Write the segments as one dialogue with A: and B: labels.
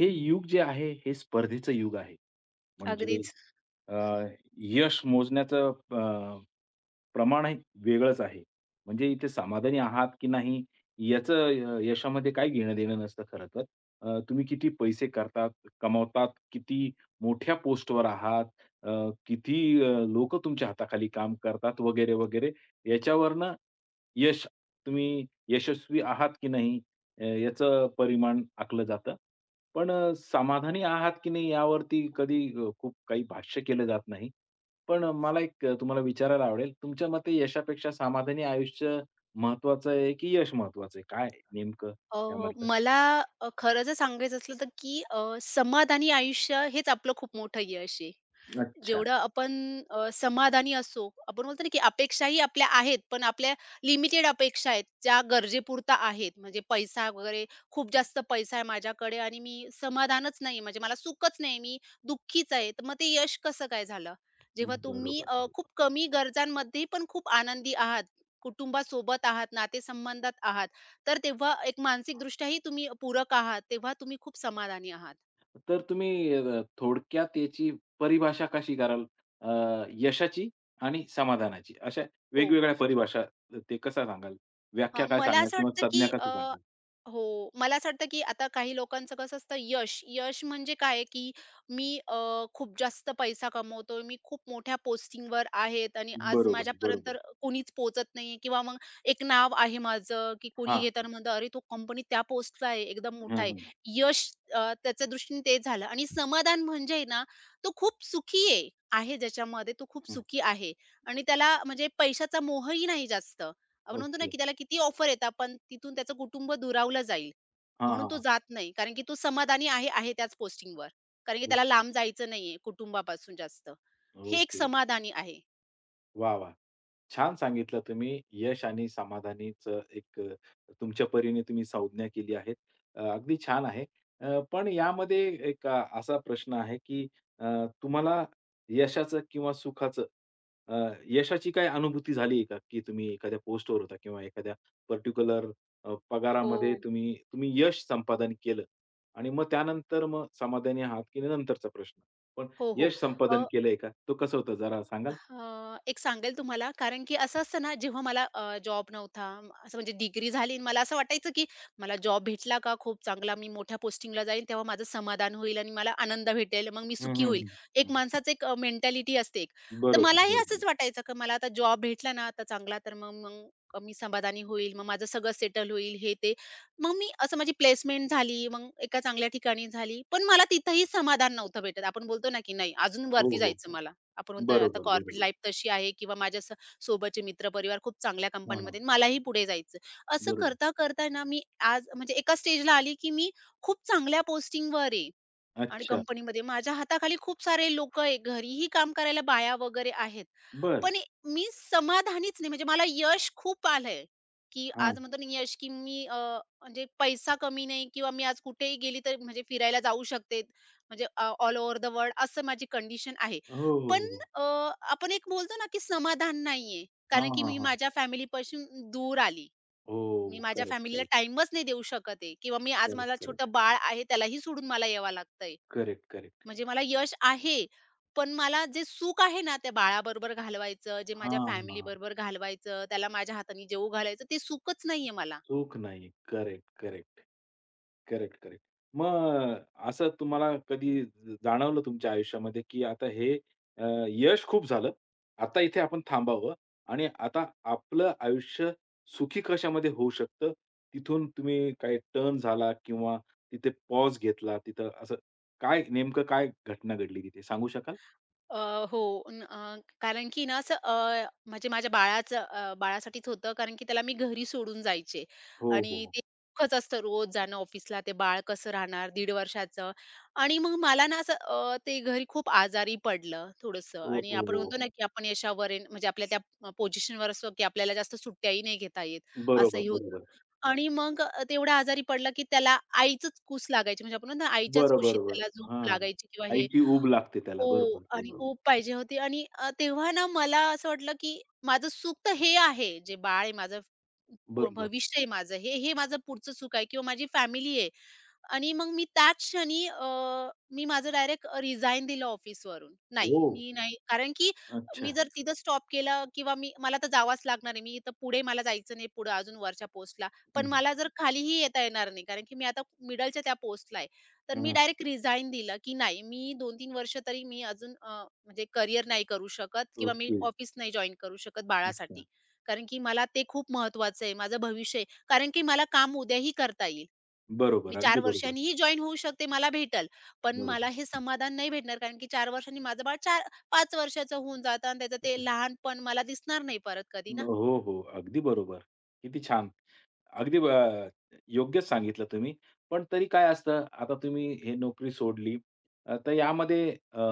A: हे युग जे आहे, हे स्पर्धेचं युग आहे. म्हणजे
B: अगदीच.
A: अ, यश मोजण्याचं प्रमाण हे वेगळंच आहे. म्हणजे इथे समाधानी आहात की नाही याचं यशामध्ये काही घेणं-देणं नसतं खरं तर. तुम्ही किती पैसे करतात, कमावतात, किती मोठ्या पोस्टवर आहात, अ, किती लोकं तुमच्या हाताखाली काम करतात वगैरे, वगैरे. याच्यावरनं यश तुम्ही यशस्वी आहात की नाही याचं परिमाण आखलं जातं. पण समाधानी आहात की नाही यावरती कधी खूप काही भाष्य केलं जात नाही. पण मला एक तुम्हाला विचारायला आवडेल, तुमच्या मते यशापेक्षा समाधानी आयुष्य महत्वाचं आहे की यश महत्वाचं आहे? काय आहे नेमकं
B: अ,
A: यामधलं?
B: मला खरं जर सांगायचं असलं तर की समाधानी आयुष्य हेच आपलं खूप मोठं यश आहे.
A: अच्छा.
B: जेवढं आपण समाधानी असो, आपण बोलतो ना, की अपेक्षाही आपल्या आहेत, पण आपल्या लिमिटेड अपेक्षा आहेत, ज्या गरजेपुरता आहेत. म्हणजे पैसा वगैरे खूप जास्त पैसा आहे माझ्याकडे आणि मी समाधानच नाही, म्हणजे मला सुखच नाही, मी दुःखीच आहे. तर मग ते यश कसं काय झालं? जेव्हा
A: बरोबर,
B: तुम्ही खूप
A: बरोबर.
B: कमी गरजांमध्ये पण खूप आनंदी आहात, कुटुंबासोबत आहात, नातेसंबंधात आहात, तर तेव्हा एक मानसिकदृष्ट्याही तुम्ही पूरक आहात, तेव्हा तुम्ही खूप समाधानी आहात.
A: तर तुम्ही थोडक्यात याची परिभाषा कशी कराल? अ, यशाची आणि समाधानाची अशा
B: हो.
A: वेगवेगळ्या परिभाषा ते कसं सांगाल?
B: हां,
A: व्याख्या काय
B: मला
A: सांगाल
B: असं
A: किंवा
B: वाटतं
A: संज्ञा
B: की
A: कसं सांगाल?
B: हो, मला असं वाटतं की आता काही लोकांचं कसं असतं यश. यश म्हणजे काय आहे की मी खूप जास्त पैसा कमवतोय, मी खूप मोठ्या पोस्टिंगवर आहेत आणि आज
A: बरोबर,
B: माझ्यापर्यंत
A: बरोबर.
B: तर कोणीच पोहोचत नाहीये किंवा मग एक नाव आहे माझं की कोणी
A: हां.
B: घेताना म्हणतं, "अरे, तो कंपनीत त्या पोस्टला आहे, एकदम मोठा
A: हं,
B: आहे."
A: हं.
B: यश त्याच्या दृष्टीने ते झालं आणि समाधान म्हणजे आहे ना, तो खूप सुखी आहे, आहे ज्याच्यामध्ये तो खूप
A: हं.
B: सुखी आहे आणि त्याला म्हणजे पैशाचा मोहही नाही जास्त. आपण म्हणतो ना,
A: ओके.
B: की त्याला किती ऑफर येतात, पण तिथून त्याचं कुटुंब दुरावलं जाईल.
A: हां,
B: म्हणून तो
A: हां.
B: जात नाही. कारण की तो समाधानी आहे, आहे त्याच पोस्टिंगवर. कारण की त्याला
A: ओके.
B: लांब जायचं नाहीये कुटुंबापासून जास्त. हे एक
A: ओके.
B: समाधानी आहे.
A: वाह! वाह! छान सांगितलं तुम्ही. यश आणि समाधानीचं एक, तुमच्या परीने तुम्ही संज्ञा केली आहे. अगदी छान आहे. पण यामध्ये एक असा प्रश्न आहे, की अ, तुम्हाला यशाचं किंवा सुखाचं, अ, यशाची काही अनुभूती झाली आहे का? की तुम्ही एखाद्या पोस्टवर होता किंवा एखाद्या पर्टिक्युलर
B: हो.
A: पगारामध्ये तुम्ही तुम्ही यश संपादन केलं आणि मग त्यानंतर मग समाधानी आहात की नाही, नंतरचा प्रश्न. पण
B: हो, हो.
A: यश संपादन केलंय का? तो कसं होतं जरा सांगाल?
B: हां, एक सांगेल तुम्हाला कारण की असं असतं ना, जेव्हा मला जॉब नव्हता, असं म्हणजे डिग्री झाली आणि मला असं वाटायचं की मला जॉब भेटला का खूप चांगला, मी मोठ्या पोस्टिंगला जाईन तेव्हा माझं समाधान होईल आणि मला आनंद भेटेल, मग मी
A: हं,
B: सुखी होईल.
A: हं,
B: एक
A: हं.
B: माणसाचं एक मेंटॅलिटी असते एक. तर
A: बरोबर,
B: मलाही
A: बरोबर.
B: असंच वाटायचं की मला आता जॉब भेटला ना आता चांगला तर मग मग मी समाधानी होईल, मग माझं सगळं सेटल होईल हे ते. मग मी असं माझी प्लेसमेंट झाली, मग एका चांगल्या ठिकाणी झाली, पण मला तिथंही समाधान नव्हतं भेटत. आपण बोलतो ना की नाही अजून
A: हो,
B: वरती
A: हो,
B: जायचं
A: हो.
B: मला. आपण म्हणतो आता
A: बरोबर,
B: कॉर्पोरेट
A: बरोबर.
B: लाईफ तशी आहे किंवा माझ्या सोबतचे मित्रपरिवार खूप चांगल्या
A: हां, हां.
B: कंपनीमध्ये मलाही पुढे जायचं असं
A: बरोबर.
B: करता करता ना मी आज म्हणजे एका स्टेजला आली की मी खूप चांगल्या पोस्टिंगवर आहे आणि
A: अच्छा.
B: कंपनीमध्ये माझ्या हाताखाली खूप सारे लोक आहे, घरीही काम करायला बाया वगैरे आहेत.
A: बरं.
B: पण मी समाधानीच नाही. म्हणजे मला यश खूप आलंय, की
A: हां.
B: आज म्हणतो ना यश, की मी म्हणजे पैसा कमी नाही किंवा मी आज कुठेही गेली तर म्हणजे फिरायला जाऊ शकते. म्हणजे ऑल ओव्हर द वर्ल्ड असं माझी कंडिशन आहे.
A: हो, हो,
B: पण
A: हो, हो.
B: अ, आपण एक बोलतो ना, की समाधान नाहीये.
A: हां,
B: कारण की
A: हां,
B: मी
A: हां.
B: माझ्या फॅमिलीपासून दूर आली. मी
A: हो.
B: माझ्या
A: करेक्ट,
B: फॅमिलीला
A: करेक्ट,
B: टाईमच नाही देऊ शकत आहे किंवा मी आज मला
A: करेक्ट, करेक्ट,
B: छोटं बाळ आहे त्यालाही सोडून मला यावं लागतंय.
A: Correct, correct.
B: म्हणजे मला यश आहे, पण मला जे सुख आहे ना, त्या बाळाबरोबर घालवायचं, जे माझ्या
A: हां, हां.
B: फॅमिलीबरोबर घालवायचं, त्याला माझ्या हाताने जेवू घालायचं, ते सुखच नाहीये मला.
A: चूक नाही. Correct, correct. Correct, correct. मग असं तुम्हाला कधी जाणवलं तुमच्या आयुष्यामध्ये, की आता हे यश खूप झालं. आता इथे आपण थांबावं आणि आता आपलं आयुष्य सुखी कशामध्ये होऊ शकतं, तिथून तुम्ही काही टर्न झाला किंवा तिथे पॉज घेतला, तिथं असं काय नेमकं काय घटना घडली तिथे सांगू शकाल?
B: हो. कारण की ना असं म्हणजे माझ्या बाळाचं बाळासाठीच होतं कारण की त्याला मी घरी सोडून जायचे
A: हो,
B: आणि
A: हो.
B: ते दुःखच असतं रोज जाणं ऑफिसला. ते बाळ कसं राहणार 1.5 वर्षाचं आणि मग मला ना असं ते घरी खूप आजारी पडलं थोडंसं
A: ओ,
B: आणि
A: हो.
B: आपण
A: हो.
B: म्हणतो ना, की आपण यशावर आहे म्हणजे आपल्या त्या पोझिशनवर असतो, की आपल्याला जास्त सुट्ट्याही नाही घेता येत,
A: बरोबर,
B: असंही होतं.
A: बरोबर.
B: आणि मग तेवढा आजारी पडला, की त्याला आईचंच कुस लागायची. म्हणजे आपण म्हणतो ना, आईच्याच
A: बरं,
B: कुशीत
A: बरोबर.
B: त्याला झोप
A: हां.
B: लागायची किंवा हे
A: आईची ऊब लागते त्याला.
B: हो
A: बरोबर,
B: आणि
A: बरोबर.
B: ऊब पाहिजे होती आणि तेव्हा ना मला असं वाटलं, की माझं सुख तर हे आहे, जे बाळ आहे माझं,
A: बरोबर.
B: भविष्य आहे माझं, हे हे माझं पुढचं सुख आहे किंवा माझी फॅमिली आहे आणि मग मी त्याच क्षणी मी माझं डायरेक्ट रिझाइन दिलं ऑफिसवरून.
A: हो.
B: नाही, मी नाही कारण की मी
A: अच्छा.
B: जर तिथं स्टॉप केलं किंवा मी मला तर जावंच लागणार आहे. मी इथं पुढे मला जायचं नाही पुढं अजून वरच्या पोस्टला. पण मला जर खालीही येता येणार नाही कारण की मी आता मिडलच्या त्या पोस्टला आहे. तर
A: हां,
B: मी
A: हां.
B: डायरेक्ट रिझाइन दिलं, की नाही मी 2 तीन वर्ष तरी मी अजून म्हणजे करियर नाही करू शकत किंवा मी
A: ओके.
B: ऑफिस नाही जॉइन करू शकत
A: अच्छा.
B: बाळासाठी. कारण की मला ते खूप महत्वाचं आहे, माझं भविष्य आहे. कारण की मला काम उद्याही करता येईल. मी
A: बरोबर.
B: चार
A: अगदी बरोबर.
B: वर्षांनीही जॉइन होऊ शकते, मला भेटेल. पण मला
A: बरोबर.
B: हे समाधान नाही भेटणार कारण की 4 वर्षांनी माझं बाळ 4-5 वर्षाचं होऊन जातं आणि त्याचं ते
A: अच्छा.
B: लहानपण मला दिसणार नाही परत कधी ना.
A: हो, हो. अगदी बरोबर. किती छान. अगदी योग्यच सांगितलं तुम्ही. पण तरी काय असतं, आता तुम्ही हे नोकरी सोडली, तर यामध्ये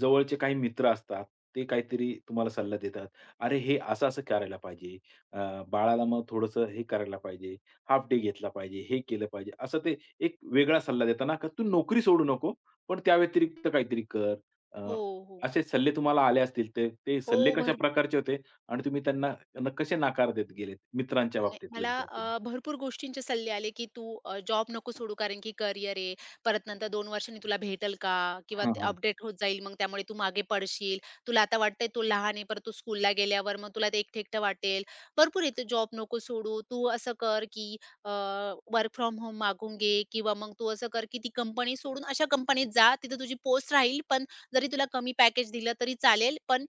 A: जवळचे काही मित्र असतात. ते काहीतरी तुम्हाला सल्ला देतात. "अरे, हे असं-असं करायला पाहिजे. अ, बाळाला मग थोडंसं हे करायला पाहिजे. हाल्फ डे घेतला पाहिजे. हे केलं पाहिजे." असं ते एक वेगळा सल्ला देताना का "तू नोकरी सोडू नको, पण त्या व्यतिरिक्त काहीतरी कर."
B: हो,
A: अ,
B: हो.
A: असे सल्ले तुम्हाला आले असतील. ते ते
B: हो,
A: सल्ले कशा
B: भरपूर
A: प्रकारचे होते आणि तुम्ही त्यांना त्यांना कसे नकार देत गेलेत? मित्रांच्या
B: नाही,
A: बाबतीतलं
B: मला
A: विचारतोय.
B: भरपूर गोष्टींचे सल्ले आले, की "तू जॉब नको सोडू कारण की करियर आहे. परत नंतर 2 वर्षांनी तुला भेटेल का? किंवा
A: हां,
B: ते
A: हां.
B: अपडेट होत जाईल मग त्यामुळे तू मागे पडशील. तुला आता वाटतंय तू लहान आहे, परत तू स्कूलला गेल्यावर मग तुला ते एकटं वाटेल. भरपूर आहे, तू जॉब नको सोडू. तू असं कर, की वर्क फ्रॉम होम मागून घे किंवा मग तू असं कर, की ती कंपनी सोडून अशा कंपनीत जा, तिथे तुझी पोस्ट राहील, पण जरी तुला कमी पॅकेज दिलं तरी चालेल, पण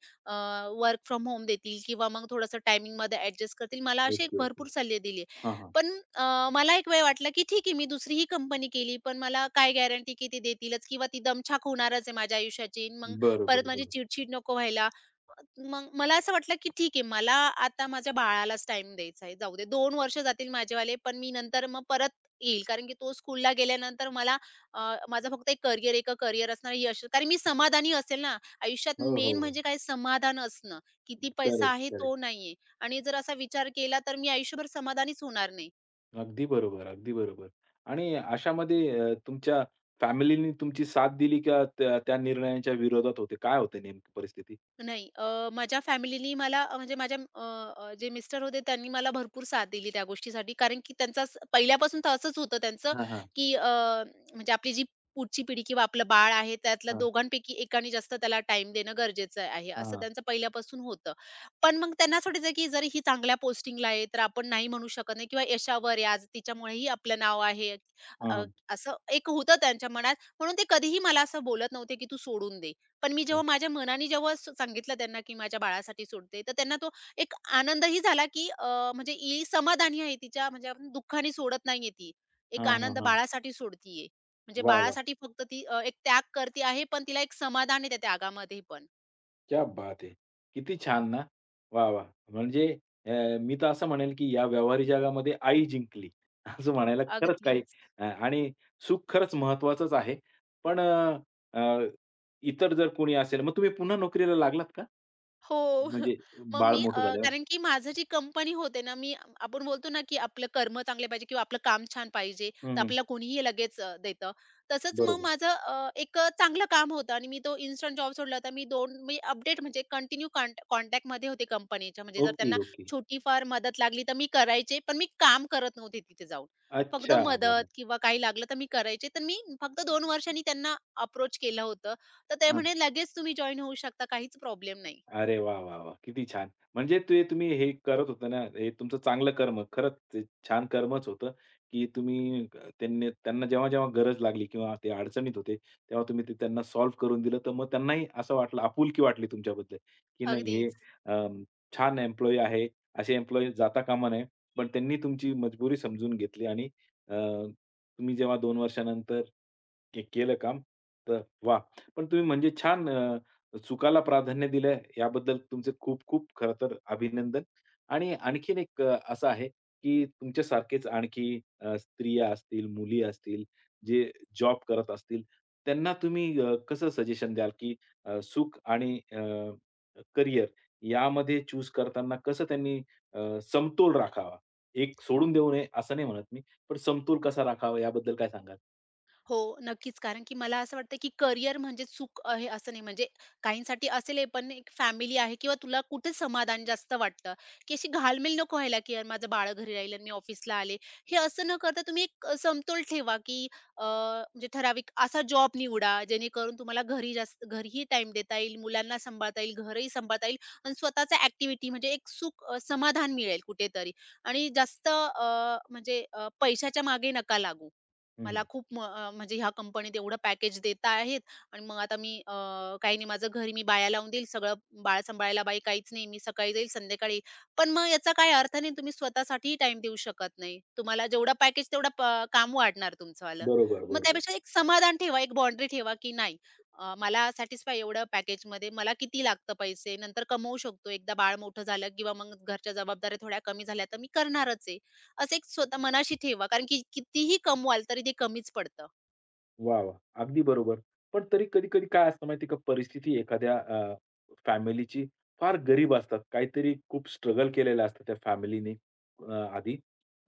B: वर्क फ्रॉम होम देतील किंवा मग थोडंसं टायमिंगमध्ये ॲडजस्ट करतील. मला असे एक
A: ओके, ओके.
B: भरपूर सल्ले दिले."
A: हां, हां.
B: पण मला एक वेळ वाटलं, की ठीक आहे मी दुसरीही कंपनी केली, पण मला काय गॅरंटी की ते देतीलच किंवा ती दमछाक होणारच आहे माझ्या आयुष्याची. मग
A: बरं,
B: परत
A: बरं,
B: माझी
A: बरं.
B: चिड नको व्हायला. मग मला असं वाटलं, की ठीक आहे मला आता माझ्या बाळालाच टाईम द्यायचा आहे. जाऊ दे 2 वर्ष जातील माझेवाले, पण मी नंतर मग परत येईल. कारण की तो स्कूलला गेल्यानंतर मला माझा फक्त एक करियर, एक करियर असणार ही अशी कारण मी समाधानी असेल ना, आयुष्यात
A: हो, हो,
B: मेन
A: हो.
B: म्हणजे काय समाधान असणं. किती पैसा
A: करेक्ट,
B: आहे तो
A: करेक्ट.
B: नाहीये आणि जर असा विचार केला तर मी आयुष्यभर समाधानीच होणार नाही.
A: अगदी बरोबर, अगदी बरोबर. आणि अशामध्ये तुमच्या फॅमिलीनी तुमची साथ दिली का त्या त्या निर्णयाच्या विरोधात होते? काय होते नेमकी परिस्थिती?
B: नाही. माझ्या फॅमिलीनी मला म्हणजे माझ्या जे मिस्टर होते त्यांनी मला भरपूर साथ दिली त्या गोष्टीसाठी. कारण की त्यांचं असं पहिल्यापासून तर असंच होतं त्यांचं,
A: हां, हां.
B: की म्हणजे आपली जी पुढची पिढी किंवा आपलं बाळ आहे त्यातल्या
A: हां,
B: दोघांपैकी एकाने जास्त त्याला टाईम देणं गरजेचं आहे,
A: हां,
B: असं
A: हां,
B: त्यांचं पहिल्यापासून होतं. पण मग त्यांना असं की जर ही चांगल्या पोस्टिंगला आहे, तर आपण नाही म्हणू शकत नाही किंवा यशावर आहे आज, तिच्यामुळेही आपलं नाव आहे. अ,
A: हां,
B: असं एक होतं त्यांच्या मनात म्हणून ते कधीही मला असं बोलत नव्हते, की तू सोडून दे. पण मी जेव्हा माझ्या मनाने जेव्हा सांगितलं त्यांना, की माझ्या बाळासाठी सोडते, तर त्यांना तो एक आनंदही झाला, की म्हणजे ही समाधानी आहे तिच्या म्हणजे आपण दुःखाने सोडत नाहीये ती. एक
A: हां, हां,
B: आनंद
A: हां. हां.
B: बाळासाठी सोडतीये. म्हणजे
A: वाह! वाह!
B: बाळासाठी फक्त ती एक त्याग करते आहे, पण तिला एक समाधान आहे त्या त्यागामध्ये पण.
A: क्या बात है! किती छान ना. वाह, वाह! म्हणजे अ, मी तर असं म्हणेल की या व्यावहारिक जगामध्ये आई जिंकली असं म्हणायला खरंच काही,
B: अगदीच.
A: आणि सुख खरंच महत्वाचंच आहे. पण अ, अ, इतर जर कोणी असेल, मग तुम्ही पुन्हा नोकरीला लागलात का?
B: हो.
A: म्हणजे
B: मग
A: बाळ
B: मी
A: मोठं झाल्यावर?
B: कारण की माझं जी कंपनी होते ना, मी आपण बोलतो ना, की आपलं कर्म चांगले पाहिजे किंवा आपलं काम छान पाहिजे, तर
A: हं, हं.
B: आपल्याला कोणीही लगेच देतं. तसंच मग
A: बरोबर.
B: माझं चांगलं काम होतं आणि मी तो इन्स्टंट जॉब सोडला होता. मी 2 मी अपडेट म्हणजे कंटिन्यू कॉन्टॅक्टमध्ये होते कंपनीच्या. म्हणजे जर
A: ओके,
B: त्यांना
A: ओके.
B: छोटीफार मदत लागली, तर मी करायचे. पण मी काम करत नव्हते तिथे जाऊन. फक्त
A: अच्छा.
B: मदत किंवा काही लागलं, तर मी करायचे. तर मी फक्त 2 वर्षांनी त्यांना अप्रोच केलं होतं. तर ते
A: हां.
B: म्हणे, "लगेच तुम्ही जॉइन होऊ शकता, काहीच प्रॉब्लेम नाही."
A: अरे वा, वा, वाह! किती छान. म्हणजे ते तुम्ही हे करत होता ना, हे तुमचं चांगलं कर्म. खरंच ते छान कर्मच होतं, की तुम्ही त्यांनी त्यांना जेव्हा-जेव्हा गरज लागली किंवा ते अडचणीत होते, तेव्हा तुम्ही ते त्यांना सॉल्व्ह करून दिलं. तर मग त्यांनाही असं वाटलं, आपुलकी वाटली तुमच्याबद्दल, की नाही हे
B: अगदीच.
A: अ, छान एम्प्लॉयी आहे. असे एम्प्लॉयी जाता कामा नये. पण त्यांनी तुमची मजबुरी समजून घेतली आणि अ, तुम्ही जेव्हा 2 वर्षानंतर केलं काम, तर वाह! पण तुम्ही म्हणजे छान चुकाला प्राधान्य दिलं याबद्दल तुमचे खूप-खूप खरं तर अभिनंदन. आणि आणखीन एक असं आहे, की तुमच्यासारखेच आणखी स्त्रिया असतील, मुली असतील, जे जॉब करत असतील, त्यांना तुम्ही कसं सजेशन द्याल, की सुख आणि करियर यामध्ये चूज करताना कसं त्यांनी अ, समतोल राखावा? एक सोडून देऊ नये असं नाही म्हणत मी, पण समतोल कसा राखावा याबद्दल काय सांगाल?
B: हो, नक्कीच. कारण की मला असं वाटतं, की करिअर म्हणजे सुख आहे असं नाही. म्हणजे काहींसाठी असेल हे, पण एक फॅमिली आहे किंवा तुला कुठे समाधान जास्त वाटतं, की अशी घालमेल नको व्हायला, की "यार, माझं बाळ घरी राहील आणि मी ऑफिसला आले." हे असं न करता तुम्ही एक समतोल ठेवा, की म्हणजे ठराविक असा जॉब निवडा, जेणेकरून तुम्हाला घरी जास्त घरीही टाईम देता येईल, मुलांना सांभाळता येईल, घरही सांभाळता येईल आणि स्वतःचा ॲक्टिव्हिटी म्हणजे एक सुख समाधान मिळेल कुठेतरी आणि जास्त म्हणजे पैशाच्या मागे नका लागू. मला
A: हं,
B: खूप म्हणजे ह्या कंपनीत एवढं पॅकेज देत आहेत आणि मग आता मी काही नाही माझं घरी मी बाया लावून देईल, सगळं बाळ सांभाळायला बाई काहीच नाही. मी सकाळी जाईल, संध्याकाळी येईल. पण मग याचा काही अर्थ नाही. तुम्ही स्वतःसाठीही टाईम देऊ शकत नाही. तुम्हाला जेवढा पॅकेज तेवढं काम वाढणार तुमचंवालं.
A: बरोबर,
B: मग
A: बरोबर.
B: त्यापेक्षा एक समाधान ठेवा, एक बाउंडरी ठेवा, की नाही मला सॅटिस्फाय एवढं पॅकेजमध्ये मला किती लागतं पैसे, नंतर कमवू शकतो. एकदा बाळ मोठं झालं किंवा मग घरच्या जबाबदाऱ्या थोड्या कमी झाल्या, तर मी करणारच आहे. असं एक स्वतः मनाशी ठेवा कारण की कितीही कमवाल तरी ते कमीच पडतं.
A: वाह, वाह! अगदी बरोबर. पण तरी कधी-कधी काय असतं माहिती आहे का, परिस्थिती एखाद्या फॅमिलीची फार गरीब असतात. काहीतरी खूप स्ट्रगल केलेलं असतं त्या फॅमिलीने आधी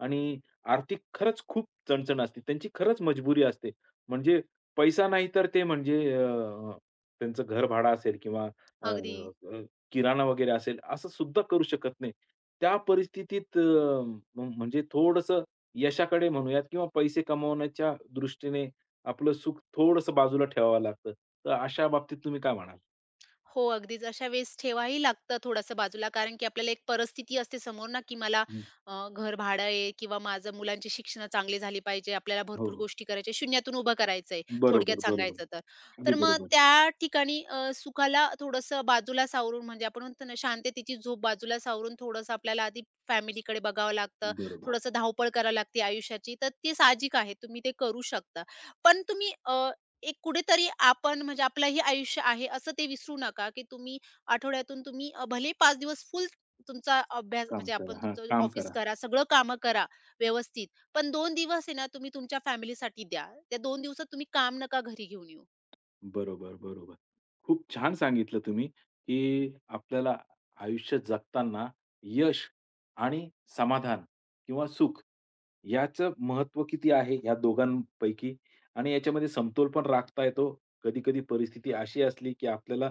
A: आणि आर्थिक खरंच खूप चणचण असते. त्यांची खरंच मजबुरी असते. म्हणजे पैसा नाही तर ते म्हणजे त्यांचं घरभाडं असेल किंवा अ,
B: अगदी.
A: अ, किराणा वगैरे असेल, असं सुद्धा करू शकत नाही. त्या परिस्थितीत म्हणजे थोडंसं यशाकडे म्हणूयात किंवा पैसे कमवण्याच्या दृष्टीने आपलं सुख थोडंसं बाजूला ठेवावं लागतं. तर अशा बाबतीत तुम्ही काय म्हणाल?
B: हो, अगदीच. अशा वेळेस ठेवाही लागतं थोडंसं बाजूला, कारण की आपल्याला एक परिस्थिती असते समोर ना, की मला
A: हं.
B: घर भाडं आहे किंवा माझं मुलांची शिक्षणं चांगली झाली पाहिजे. आपल्याला
A: हो.
B: भरपूर गोष्टी करायच्या, शून्यातून उभं करायचं आहे, थोडक्यात
A: बरोबर, बरोबर.
B: सांगायचं तर.
A: अगदी
B: तर मग
A: बरोबर.
B: त्या ठिकाणी सुखाला थोडंसं बाजूला सावरून, म्हणजे आपण म्हणतो ना, शांततेची झोप बाजूला सावरून थोडंसं आपल्याला आधी फॅमिलीकडे बघावं लागतं,
A: बरोबर.
B: थोडंसं धावपळ करावी लागते आयुष्याची. तर ते साहजिक आहे, तुम्ही ते करू शकता. पण तुम्ही एक कुठेतरी आपण म्हणजे आपलंही आयुष्य आहे असं ते विसरू नका, की तुम्ही आठवड्यातून तुम्ही भले 5 दिवस फुल तुमचा अभ्यास
A: काम
B: म्हणजे आपण
A: करा. हां,
B: तुमचं
A: काम
B: ऑफिस
A: करा.
B: करा, सगळं कामं करा व्यवस्थित. पण 2 दिवस आहे ना तुम्ही तुमच्या फॅमिलीसाठी द्या. त्या 2 दिवसात तुम्ही काम नका घरी घेऊन येऊ.
A: बरोबर, बरोबर. खूप छान सांगितलं तुम्ही, की आपल्याला आयुष्य जगताना यश आणि समाधान किंवा सुख याचं महत्व किती आहे ह्या दोघांपैकी आणि याच्यामध्ये समतोल पण राखता येतो. कधी-कधी परिस्थिती अशी असली, की आपल्याला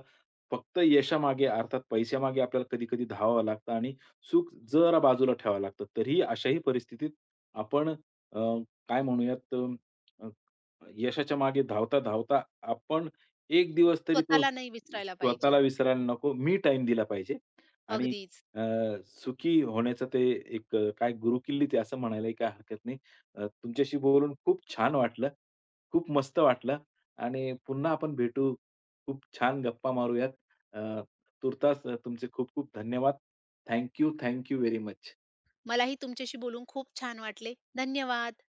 A: फक्त यशामागे अर्थात पैशामागे आपल्याला कधी-कधी धावावं लागतं आणि सुख जरा बाजूला ठेवावं लागतं. तरीही अशाही परिस्थितीत आपण अ, काय म्हणूयात, यशाच्या मागे धावता-धावता आपण एक दिवस तरी तो
B: स्वतःला नाही विसरायला पाहिजे.
A: स्वतःला विसरायला नको, मी टाईम दिला पाहिजे आणि
B: अगदीच.
A: अ, सुखी होण्याचं ते एक काय गुरुकिल्ली ते असं म्हणायलाही काही हरकत नाही. तुमच्याशी बोलून खूप छान वाटलं. खूप मस्त वाटलं आणि पुन्हा आपण भेटू. खूप छान गप्पा मारूयात. अ, तूर्तास तुमचे खूप खूप धन्यवाद. Thank you, very much.
B: मलाही तुमच्याशी बोलून खूप छान वाटले. धन्यवाद.